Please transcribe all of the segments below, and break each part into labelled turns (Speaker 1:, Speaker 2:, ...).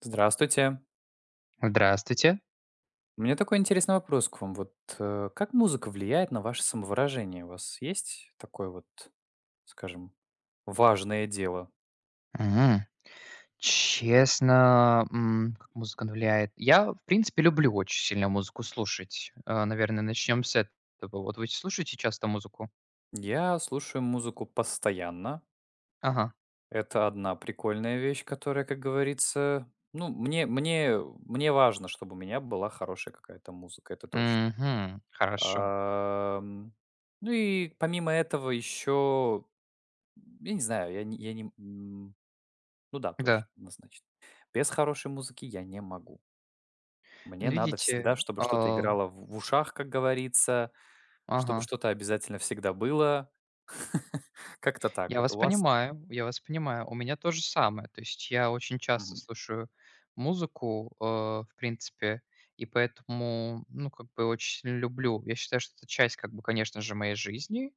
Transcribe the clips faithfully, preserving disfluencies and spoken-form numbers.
Speaker 1: Здравствуйте.
Speaker 2: Здравствуйте.
Speaker 1: У меня такой интересный вопрос к вам. Вот э, как музыка влияет на ваше самовыражение? У вас есть такое вот, скажем, важное дело?
Speaker 2: М. Честно, м, как музыка влияет. Я, в принципе, люблю очень сильно музыку слушать. Э, наверное, начнем с этого. Вот вы слушаете часто музыку?
Speaker 1: Я слушаю музыку постоянно.
Speaker 2: Ага.
Speaker 1: Это одна прикольная вещь, которая, как говорится, ну, мне, мне, мне важно, чтобы у меня была хорошая какая-то музыка, это точно.
Speaker 2: Мгм. Хорошо.
Speaker 1: Ам, ну и помимо этого еще, я не знаю, я, не- я не... м, ну да, точно,
Speaker 2: Да.
Speaker 1: однозначно. Без хорошей музыки я не могу. Мне надо
Speaker 2: Видите,
Speaker 1: всегда, чтобы что-то
Speaker 2: а,
Speaker 1: играло в в ушах, как говорится, чтобы
Speaker 2: ага.
Speaker 1: что-то обязательно всегда было. Как-то так
Speaker 2: Я
Speaker 1: вот у
Speaker 2: вас
Speaker 1: вас.
Speaker 2: понимаю, я вас понимаю. У меня то же самое. То есть я очень часто
Speaker 1: Мгм.
Speaker 2: слушаю музыку, э, в принципе, и поэтому, ну, как бы очень сильно люблю. Я считаю, что это часть, как бы, конечно же, моей жизни,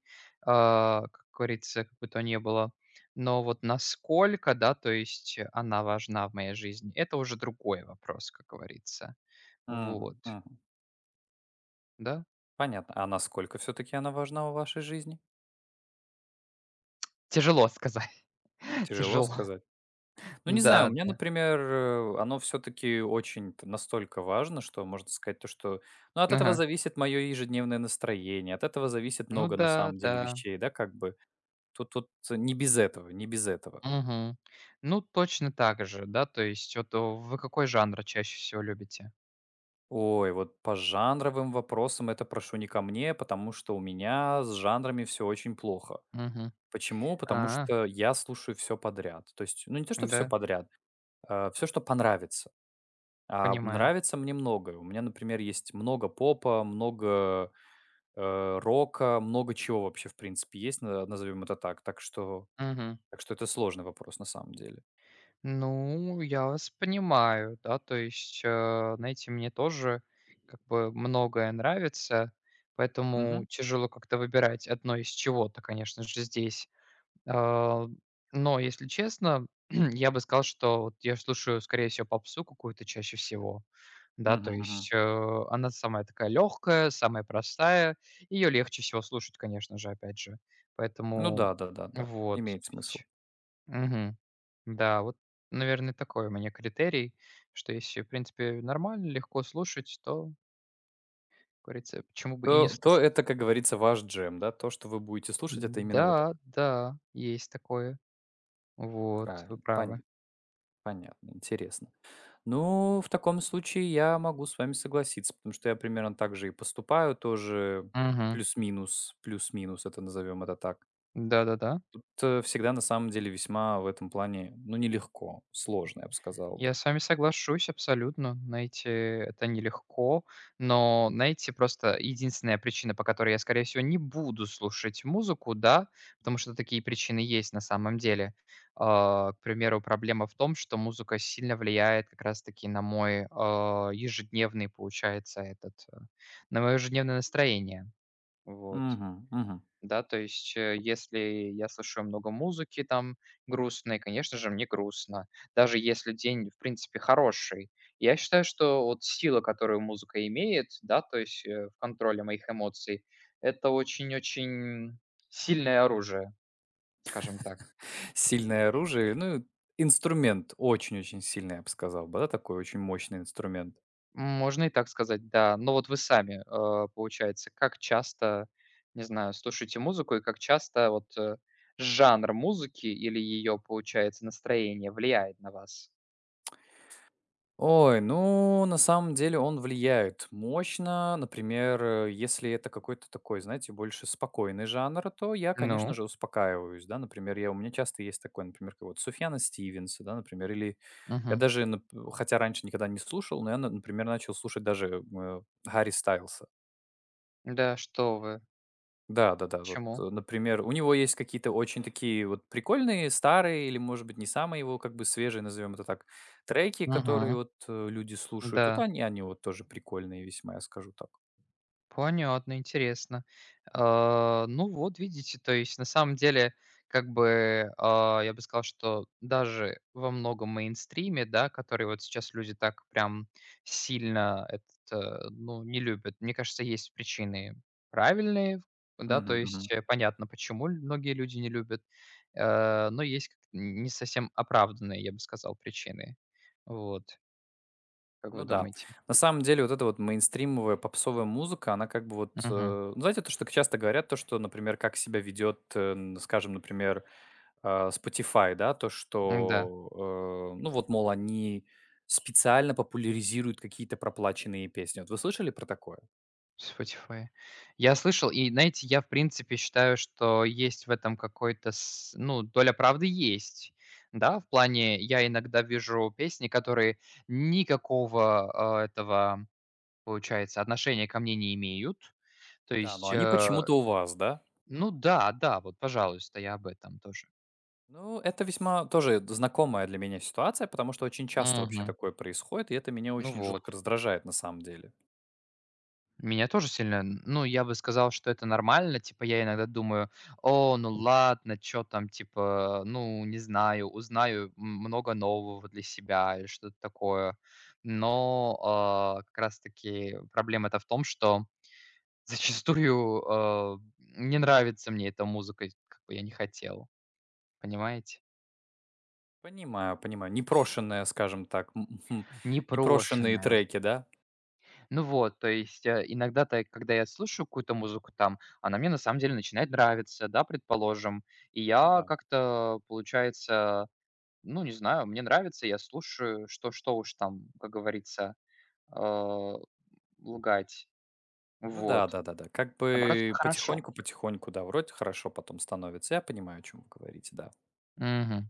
Speaker 2: а, как говорится, как бы то ни было. Но вот насколько, да, то есть она важна в моей жизни, это уже другой вопрос, как говорится.
Speaker 1: Мгм.
Speaker 2: Вот,
Speaker 1: Мгм.
Speaker 2: да?
Speaker 1: Понятно. А насколько все-таки она важна в вашей жизни?
Speaker 2: Тяжело сказать,
Speaker 1: Тяжело
Speaker 2: тяжело.
Speaker 1: сказать. Ну, не знаю, у
Speaker 2: Да,
Speaker 1: меня,
Speaker 2: да.
Speaker 1: например, э, оно все-таки очень т- настолько важно, что можно сказать то, что... Ну, от этого
Speaker 2: Ага.
Speaker 1: зависит мое ежедневное настроение, от этого зависит
Speaker 2: Ну
Speaker 1: много на
Speaker 2: да,
Speaker 1: самом деле
Speaker 2: да.
Speaker 1: вещей, да, как бы. Тут, тут не без этого, не без этого.
Speaker 2: Мгм. Ну, точно так же, да, то есть вот о, вы какой жанр чаще всего любите?
Speaker 1: Ой, вот по жанровым вопросам это прошу не ко мне, потому что у меня с жанрами все очень плохо.
Speaker 2: Мгм.
Speaker 1: Почему? Потому
Speaker 2: А,
Speaker 1: что я слушаю все подряд. То есть, ну, не то, что все
Speaker 2: да,
Speaker 1: подряд, все, что понравится. А
Speaker 2: понимаю.
Speaker 1: нравится мне многое. У меня, например, есть много попа, много, э, рока, много чего вообще, в принципе, есть, назовем это так. Так что
Speaker 2: Мгм.
Speaker 1: так что это сложный вопрос на самом деле.
Speaker 2: Ну, я вас понимаю, да, то есть, э, знаете, мне тоже как бы многое нравится, поэтому
Speaker 1: Мгм.
Speaker 2: тяжело как-то выбирать одно из чего-то, конечно же, здесь. А, но, если честно, я бы сказал, что вот я слушаю, скорее всего, попсу какую-то чаще всего. Да, то
Speaker 1: Мгм, мгм.
Speaker 2: есть, э, она самая такая легкая, самая простая. Ее легче всего слушать, конечно же, опять же.
Speaker 1: Ну
Speaker 2: Поэтому
Speaker 1: да, да-да-да,
Speaker 2: вот,
Speaker 1: имеет
Speaker 2: то
Speaker 1: смысл.
Speaker 2: есть. Мгм. Да, вот, наверное, такой у меня критерий, что если, в принципе, нормально, легко слушать, то, как говорится, почему бы и не
Speaker 1: То то
Speaker 2: слушать.
Speaker 1: это, как говорится, ваш джем, да? То, что вы будете слушать, это именно вот это.
Speaker 2: Да, да, есть такое. Вот, вы
Speaker 1: Правильно. Пон
Speaker 2: правы.
Speaker 1: понятно, интересно. Ну, в таком случае я могу с вами согласиться, потому что я примерно так же и поступаю тоже.
Speaker 2: Мгм.
Speaker 1: Плюс-минус, плюс-минус, это назовем это так.
Speaker 2: Да-да-да.
Speaker 1: Это всегда на самом деле весьма в этом плане, ну, нелегко, сложно, я бы сказал
Speaker 2: Я
Speaker 1: бы.
Speaker 2: с вами соглашусь абсолютно. Знаете, это нелегко, но, знаете, просто единственная причина, по которой я, скорее всего, не буду слушать музыку, да, потому что такие причины есть на самом деле. А, К примеру, проблема в том, что музыка сильно влияет как раз-таки на мой а, ежедневный, получается, этот, э, на мое ежедневное настроение. Вот.
Speaker 1: Мгм, мгм.
Speaker 2: Да, то есть, э, если я слушаю много музыки там грустной, конечно же, мне грустно. Даже если день, в принципе, хороший. Я считаю, что вот сила, которую музыка имеет, да, то есть э, в контроле моих эмоций, это очень-очень сильное оружие, скажем так.
Speaker 1: Сильное оружие, ну, инструмент очень-очень сильный, я бы сказал бы, да, такой очень мощный инструмент.
Speaker 2: Можно и так сказать, да. Но вот вы сами, э, получается, как часто, не знаю, слушаете музыку и как часто вот э, жанр музыки или ее, получается, настроение влияет на вас?
Speaker 1: Ой, ну, на самом деле он влияет мощно. Например, э, если это какой-то такой, знаете, больше спокойный жанр, то я, конечно
Speaker 2: Ну,
Speaker 1: же, успокаиваюсь, да. Например, я, у меня часто есть такой, например, как вот Суфьяна Стивенса, да, например, или я
Speaker 2: мгм.
Speaker 1: даже, нап- хотя раньше никогда не слушал, но я, на- например, начал слушать даже э, Гарри Стайлса.
Speaker 2: Да что вы,
Speaker 1: Да-да-да, вот, э,
Speaker 2: почему?
Speaker 1: например, у него есть какие-то очень такие вот прикольные, старые или, может быть, не самые его как бы свежие, назовем это так, треки, которые
Speaker 2: Мгм.
Speaker 1: вот, э, люди слушают. Вот
Speaker 2: Да,
Speaker 1: они они вот тоже прикольные весьма, я скажу так.
Speaker 2: понятно, интересно. А, ну вот видите, то есть на самом деле, как бы, а, я бы сказал, что даже во многом мейнстриме, да, который вот сейчас люди так прям сильно этот, э, ну, не любят, мне кажется, есть причины правильные, да, то
Speaker 1: Мгм, мгм.
Speaker 2: есть э, понятно, почему ль- многие люди не любят, э, но есть как- не совсем оправданные, я бы сказал, причины. Вот. Как вы
Speaker 1: Ну да.
Speaker 2: думаете?
Speaker 1: На самом деле вот эта вот мейнстримовая попсовая музыка, она как бы вот,
Speaker 2: Мгм.
Speaker 1: э, ну, знаете, то, что часто говорят, то, что, например, как себя ведет, э, н скажем, например, а, Spotify, да, то,
Speaker 2: Да.
Speaker 1: что, э, ну вот, мол, они специально популяризируют какие-то проплаченные песни. Вот вы слышали про такое?
Speaker 2: Spotify. Я слышал, и знаете, я, в принципе, считаю, что есть в этом какой-то с ну, доля правды есть. Да, в плане я иногда вижу песни, которые никакого, а, этого, получается, отношения ко мне не имеют. То
Speaker 1: Да, но
Speaker 2: есть,
Speaker 1: они
Speaker 2: э,
Speaker 1: почему-то у вас, да?
Speaker 2: ну да, да, вот, пожалуйста, я об этом тоже.
Speaker 1: Ну, это весьма тоже знакомая для меня ситуация, потому что очень часто вообще
Speaker 2: Мгм.
Speaker 1: такое происходит, и это меня
Speaker 2: Ну
Speaker 1: очень жутко
Speaker 2: вот.
Speaker 1: раздражает на самом деле.
Speaker 2: Меня тоже сильно, ну, я бы сказал, что это нормально. Типа, я иногда думаю: "О, ну ладно, чё там, типа, ну, не знаю, узнаю м много нового для себя" или что-то такое. Но, а, как раз таки проблема-то в том, что зачастую, а, не нравится мне эта музыка, как бы я не хотел, понимаете?
Speaker 1: Понимаю, понимаю. Непрошенные, скажем так, м, м, непрошенные
Speaker 2: Непрошеная.
Speaker 1: треки, да?
Speaker 2: Ну вот, то есть, э, иногда-то, когда я слушаю какую-то музыку там, она мне на самом деле начинает нравиться, да, предположим. И
Speaker 1: Ну
Speaker 2: я
Speaker 1: да.
Speaker 2: как-то, получается, ну, не знаю, мне нравится, я слушаю, что, что уж там, как говорится, э, лгать.
Speaker 1: Ну
Speaker 2: Вот.
Speaker 1: да, да, да, да. Как
Speaker 2: Наоборот,
Speaker 1: бы
Speaker 2: хорошо.
Speaker 1: потихоньку, потихоньку, да, вроде хорошо потом становится. Я понимаю, о чем вы говорите, да.
Speaker 2: Мгм.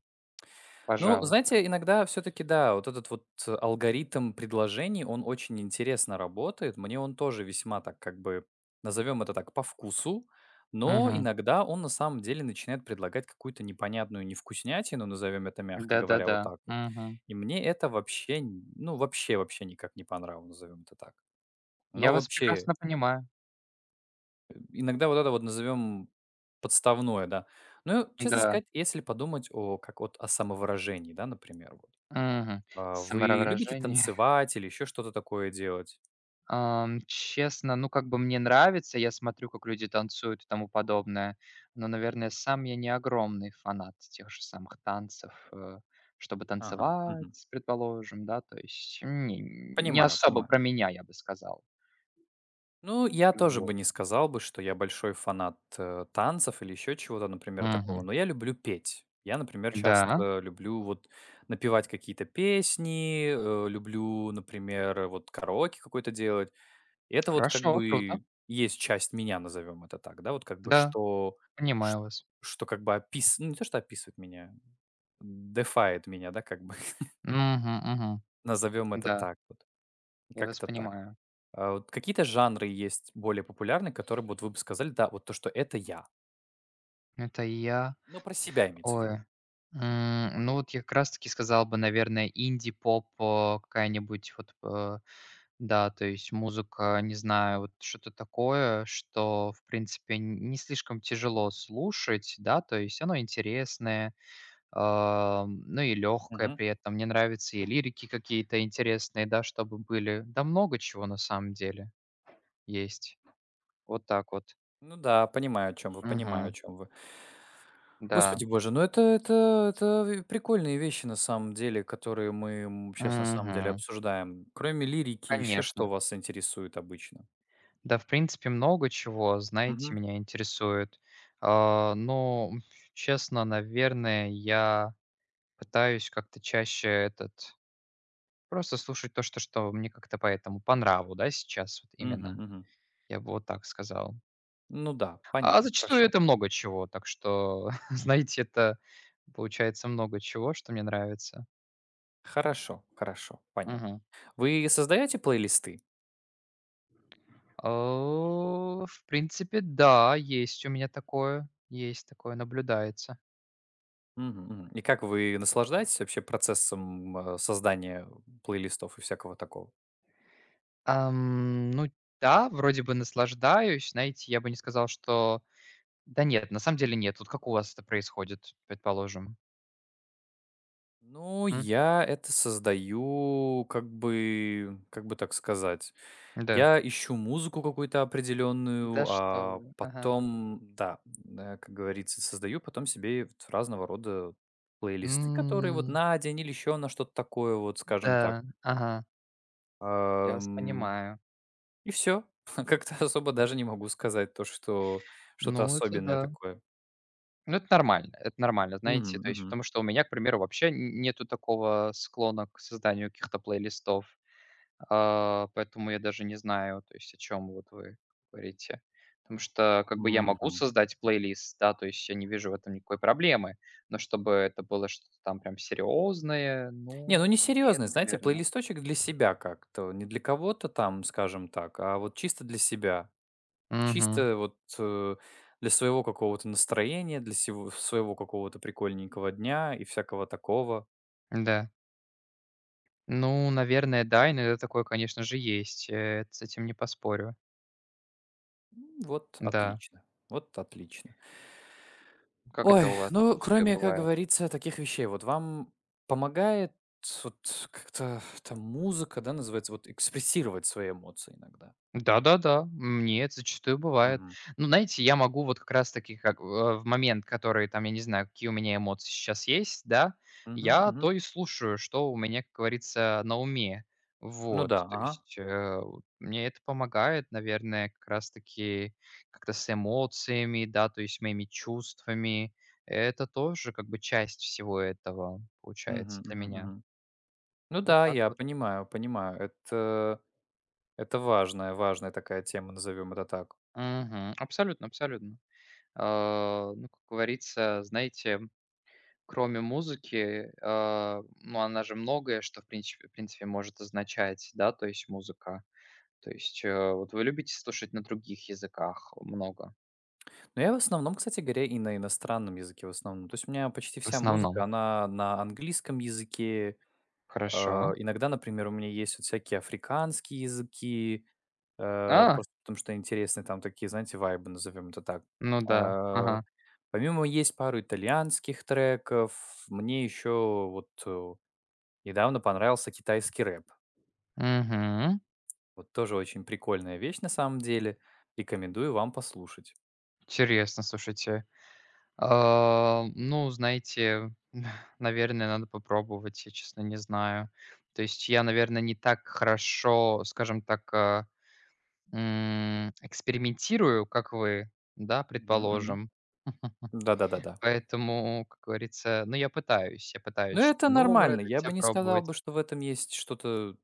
Speaker 1: Ну,
Speaker 2: Пожалуйста.
Speaker 1: знаете, иногда все таки да, вот этот вот э, алгоритм предложений, он очень интересно работает. Мне он тоже весьма так как бы, назовем это так, по вкусу, но
Speaker 2: Мгм.
Speaker 1: иногда он на самом деле начинает предлагать какую-то непонятную невкуснятину, назовем это мягко говоря,
Speaker 2: Да-да-да.
Speaker 1: вот так вот.
Speaker 2: Мгм.
Speaker 1: И мне это вообще, н- ну, вообще, вообще никак не понравилось, назовем это так.
Speaker 2: Я
Speaker 1: Но
Speaker 2: вас
Speaker 1: вообще,
Speaker 2: прекрасно понимаю.
Speaker 1: э, иногда вот это вот назовем подставное, да. Ну, честно
Speaker 2: Да.
Speaker 1: сказать, если подумать о, как вот о самовыражении, да, например, вот.
Speaker 2: Мгм.
Speaker 1: А, вы любите
Speaker 2: Самовыражение.
Speaker 1: танцевать или еще что-то такое делать?
Speaker 2: Ам, честно, ну, как бы мне нравится, я смотрю, как люди танцуют и тому подобное, но, наверное, сам я не огромный фанат тех же самых танцев, э, чтобы
Speaker 1: Ага, мгм.
Speaker 2: танцевать, предположим, да, то есть не не
Speaker 1: Понимаю,
Speaker 2: особо
Speaker 1: понимаю.
Speaker 2: про меня, я бы сказал.
Speaker 1: Ну, я тоже бы
Speaker 2: Вот.
Speaker 1: не сказал бы, что я большой фанат, э, танцев или еще чего-то, например, такого,
Speaker 2: Мгм.
Speaker 1: но я люблю петь. Я, например,
Speaker 2: Да,
Speaker 1: часто люблю вот напевать какие-то песни, э, люблю, например, вот караоке какой то делать. И это вот как
Speaker 2: хорошо, круто.
Speaker 1: бы есть часть меня, назовем это так, да, вот как бы
Speaker 2: Да,
Speaker 1: что, ш-
Speaker 2: понимаю вас.
Speaker 1: что как бы опис ну, не то, что описывает меня, дефает меня, да, как бы.
Speaker 2: Мгм, мгм.
Speaker 1: Назовем это
Speaker 2: Да,
Speaker 1: так вот.
Speaker 2: я вас
Speaker 1: Как-то так.
Speaker 2: понимаю.
Speaker 1: А вот какие-то жанры есть более популярные, которые вот вы бы сказали, да, вот то, что это я.
Speaker 2: Это я.
Speaker 1: Ну, про себя имеется в виду.
Speaker 2: Ой, м, ну вот я как раз таки сказал бы, наверное, инди-поп, э, какая-нибудь вот, э, да, то есть музыка, не знаю, вот что-то такое, что, в принципе, н- не слишком тяжело слушать, да, то есть оно интересное, а, ну и легкое
Speaker 1: Мгм.
Speaker 2: при этом. Мне нравятся и лирики какие-то интересные, да, чтобы были. Да много чего на самом деле есть. Вот так вот.
Speaker 1: Ну да, понимаю, о чем вы, понимаю, о
Speaker 2: Мгм.
Speaker 1: чем вы.
Speaker 2: Да.
Speaker 1: Господи боже, ну это, это, это ви- прикольные вещи на самом деле, которые мы сейчас на самом деле
Speaker 2: Угу.
Speaker 1: обсуждаем. Кроме лирики, еще что
Speaker 2: Конечно.
Speaker 1: вас интересует обычно?
Speaker 2: Да, в принципе, много чего, знаете,
Speaker 1: Мгм.
Speaker 2: меня интересует. А, но, м, честно, наверное, я пытаюсь как-то чаще этот просто слушать то, что, что мне как-то поэтому по нраву, да, сейчас вот
Speaker 1: Мгм,
Speaker 2: именно.
Speaker 1: мгм.
Speaker 2: Я бы вот так сказал.
Speaker 1: Ну да,
Speaker 2: А
Speaker 1: понятно,
Speaker 2: зачастую
Speaker 1: хорошо.
Speaker 2: это много чего, так что, знаете, это получается много чего, что мне нравится.
Speaker 1: Хорошо, хорошо, понятно.
Speaker 2: Мгм.
Speaker 1: Вы создаете плейлисты?
Speaker 2: Э, В принципе, да, есть у меня такое, есть такое, наблюдается.
Speaker 1: Мгм, мгм. И как вы наслаждаетесь вообще процессом, э, создания плейлистов и всякого такого?
Speaker 2: Ам, ну да, вроде бы наслаждаюсь. Знаете, я бы не сказал, что. Да нет, на самом деле нет. Вот как у вас это происходит, предположим?
Speaker 1: Ну,
Speaker 2: М?
Speaker 1: я это создаю, как бы, как бы так сказать,
Speaker 2: Да.
Speaker 1: я ищу музыку какую-то определенную,
Speaker 2: Да что
Speaker 1: а
Speaker 2: вы. Ага.
Speaker 1: потом, да, э, как говорится, создаю потом себе вот разного рода плейлисты, которые вот
Speaker 2: М,
Speaker 1: на день или еще на что-то такое, вот скажем так.
Speaker 2: да, ага, я вас
Speaker 1: Ам,
Speaker 2: понимаю.
Speaker 1: и все. Как-то особо даже не могу сказать то, что что-то
Speaker 2: Ну, это
Speaker 1: особенное
Speaker 2: да.
Speaker 1: такое.
Speaker 2: Ну, это нормально, это нормально,
Speaker 1: Мгм,
Speaker 2: знаете. То есть
Speaker 1: мгм,
Speaker 2: потому что у меня, к примеру, вообще н нету такого склона к созданию каких-то плейлистов. А, поэтому я даже не знаю, то есть о чем вот вы говорите. Потому что как бы я могу
Speaker 1: мгм.
Speaker 2: создать плейлист, да, то есть я не вижу в этом никакой проблемы, но чтобы это было что-то там прям серьезное,
Speaker 1: Не, ну не
Speaker 2: ну, нет,
Speaker 1: несерьезный, знаете,
Speaker 2: наверное.
Speaker 1: плейлисточек для себя как-то. Не для кого-то там, скажем так, а вот чисто для себя.
Speaker 2: Угу.
Speaker 1: Чисто вот э, для своего какого-то настроения, для сего- своего какого-то прикольненького дня и всякого такого.
Speaker 2: Да. Ну, наверное, да, иногда такое, конечно же, есть, э, с этим не поспорю.
Speaker 1: М, Вот
Speaker 2: Да.
Speaker 1: отлично. Вот отлично.
Speaker 2: Как
Speaker 1: Ой,
Speaker 2: это у вас
Speaker 1: ну,
Speaker 2: зачастую
Speaker 1: кроме, как
Speaker 2: бывает?
Speaker 1: говорится, таких вещей, вот вам помогает вот как-то там музыка, да, называется, вот экспрессировать свои эмоции иногда.
Speaker 2: Да-да-да, мне это зачастую бывает.
Speaker 1: Мгм.
Speaker 2: Ну, знаете, я могу вот как раз-таки как, э, в момент, который там, я не знаю, какие у меня эмоции сейчас есть, да,
Speaker 1: Мгм,
Speaker 2: я
Speaker 1: мгм.
Speaker 2: то и слушаю, что у меня, как говорится, на уме.
Speaker 1: Ну да,
Speaker 2: Вот, то
Speaker 1: ага.
Speaker 2: есть, э, вот мне это помогает, наверное, как раз-таки как-то с эмоциями, да, то есть моими чувствами. Это тоже как бы часть всего этого
Speaker 1: Мгм,
Speaker 2: получается для
Speaker 1: мгм,
Speaker 2: меня.
Speaker 1: мгм. Ну
Speaker 2: Вот
Speaker 1: да,
Speaker 2: так
Speaker 1: я
Speaker 2: вот.
Speaker 1: понимаю, понимаю. Это, это важная, важная такая тема, назовем это так.
Speaker 2: Мгм. Абсолютно, абсолютно. А, ну, как говорится, знаете, кроме музыки, а, ну, она же многое, что, в принципе в принципе, может означать, да, то есть музыка. То есть, э, вот вы любите слушать на других языках много?
Speaker 1: Но я в основном, кстати говоря, и на иностранном языке в основном. То есть у меня почти
Speaker 2: В
Speaker 1: вся музыка,
Speaker 2: основном.
Speaker 1: она на английском языке.
Speaker 2: Хорошо.
Speaker 1: Э, иногда, например, у меня есть вот всякие африканские языки, э,
Speaker 2: А,
Speaker 1: просто потому что интересные там такие, знаете, вайбы, назовем это так.
Speaker 2: ну да.
Speaker 1: Э,
Speaker 2: Ага.
Speaker 1: помимо есть пару итальянских треков, мне еще вот э, недавно понравился китайский рэп.
Speaker 2: Угу.
Speaker 1: Вот тоже очень прикольная вещь на самом деле. Рекомендую вам послушать.
Speaker 2: Интересно, слушайте. А, ну, знаете, наверное, надо попробовать, я, честно, не знаю. То есть я, наверное, не так хорошо, скажем так, а М, экспериментирую, как вы, да,
Speaker 1: Мгм, мгм.
Speaker 2: предположим.
Speaker 1: Да-да-да-да.
Speaker 2: Поэтому, как говорится, ну, я пытаюсь, я
Speaker 1: Но
Speaker 2: пытаюсь
Speaker 1: это
Speaker 2: что-то новое
Speaker 1: нормально.
Speaker 2: для
Speaker 1: Я
Speaker 2: себя
Speaker 1: бы не сказал
Speaker 2: пробовать.
Speaker 1: бы, что в этом есть что-то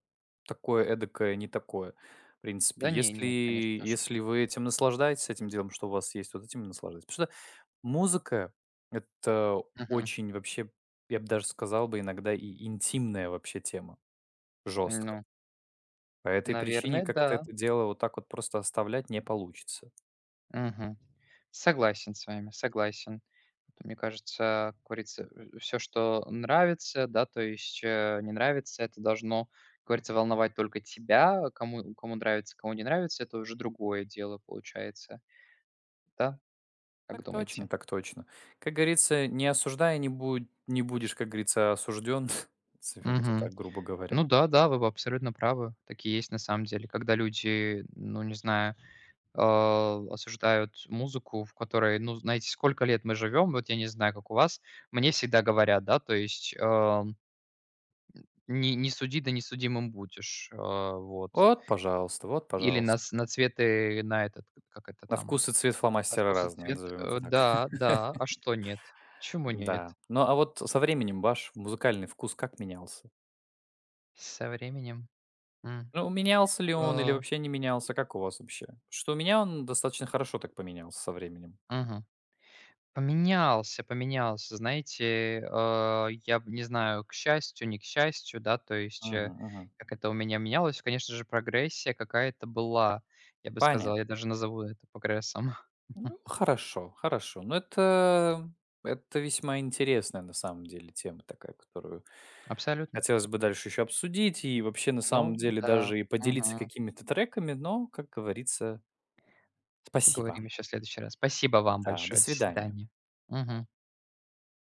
Speaker 1: такое эдакое, не такое. В принципе,
Speaker 2: Да не,
Speaker 1: если,
Speaker 2: не, это, конечно, тоже.
Speaker 1: если вы этим наслаждаетесь, этим делом, что у вас есть, вот этим и наслаждайтесь. Потому что музыка— это
Speaker 2: Мгм.
Speaker 1: очень вообще, я бы даже сказал бы, иногда и интимная вообще тема, жестко.
Speaker 2: Ну,
Speaker 1: По этой причине
Speaker 2: наверное,
Speaker 1: как-то
Speaker 2: да.
Speaker 1: это дело вот так вот просто оставлять не получится.
Speaker 2: Мгм. Согласен с вами, согласен. Это, Мне кажется, как говорится, все, что нравится, да, то есть э, не нравится, это должно, как говорится, волновать только тебя. а Кому, кому нравится, кому не нравится, это уже другое дело получается. Да? Как
Speaker 1: Так точно,
Speaker 2: думаете?
Speaker 1: так точно. Как говорится, не осуждая, не, будь, не будешь, как говорится, осужден. Назовем это так, грубо говоря.
Speaker 2: Ну да, да, вы абсолютно правы. Такие есть на самом деле, когда люди, ну, не знаю, а, осуждают музыку, в которой, ну, знаете, сколько лет мы живем, вот я не знаю, как у вас, мне всегда говорят, да, то есть а, не, не суди, да не судимым будешь, а, вот.
Speaker 1: Вот, пожалуйста, вот,
Speaker 2: Или на,
Speaker 1: пожалуйста.
Speaker 2: с- на цветы, на этот, как это
Speaker 1: На
Speaker 2: там,
Speaker 1: вкус и цвет
Speaker 2: на
Speaker 1: фломастера
Speaker 2: вкус и
Speaker 1: разные,
Speaker 2: цвет,
Speaker 1: назовем
Speaker 2: э,
Speaker 1: это так.
Speaker 2: да, да, а что нет? Почему нет?
Speaker 1: Да. Ну, а вот со временем ваш музыкальный вкус как менялся?
Speaker 2: Со временем. М.
Speaker 1: Ну, менялся ли он или
Speaker 2: А,
Speaker 1: вообще не менялся? Как у вас вообще? Что у меня он достаточно хорошо так поменялся со временем.
Speaker 2: Мгм. Поменялся, поменялся. Знаете, э, я б не знаю, к счастью, не к счастью, да, то есть,
Speaker 1: Мгм,
Speaker 2: э,
Speaker 1: мгм.
Speaker 2: как это у меня менялось. Конечно же, прогрессия какая-то была, я бы
Speaker 1: Понятно.
Speaker 2: сказал. Я даже назову это прогрессом.
Speaker 1: Ну, хорошо, хорошо. Но это, это весьма интересная на самом деле тема такая, которую
Speaker 2: Абсолютно.
Speaker 1: хотелось бы дальше еще обсудить и вообще на самом
Speaker 2: Ну
Speaker 1: деле
Speaker 2: да.
Speaker 1: даже и поделиться
Speaker 2: Мгм.
Speaker 1: какими-то треками, но, как говорится, спасибо.
Speaker 2: Поговорим еще в следующий раз. Спасибо вам
Speaker 1: Да, до
Speaker 2: большое. До
Speaker 1: свидания.
Speaker 2: свидания. Мгм.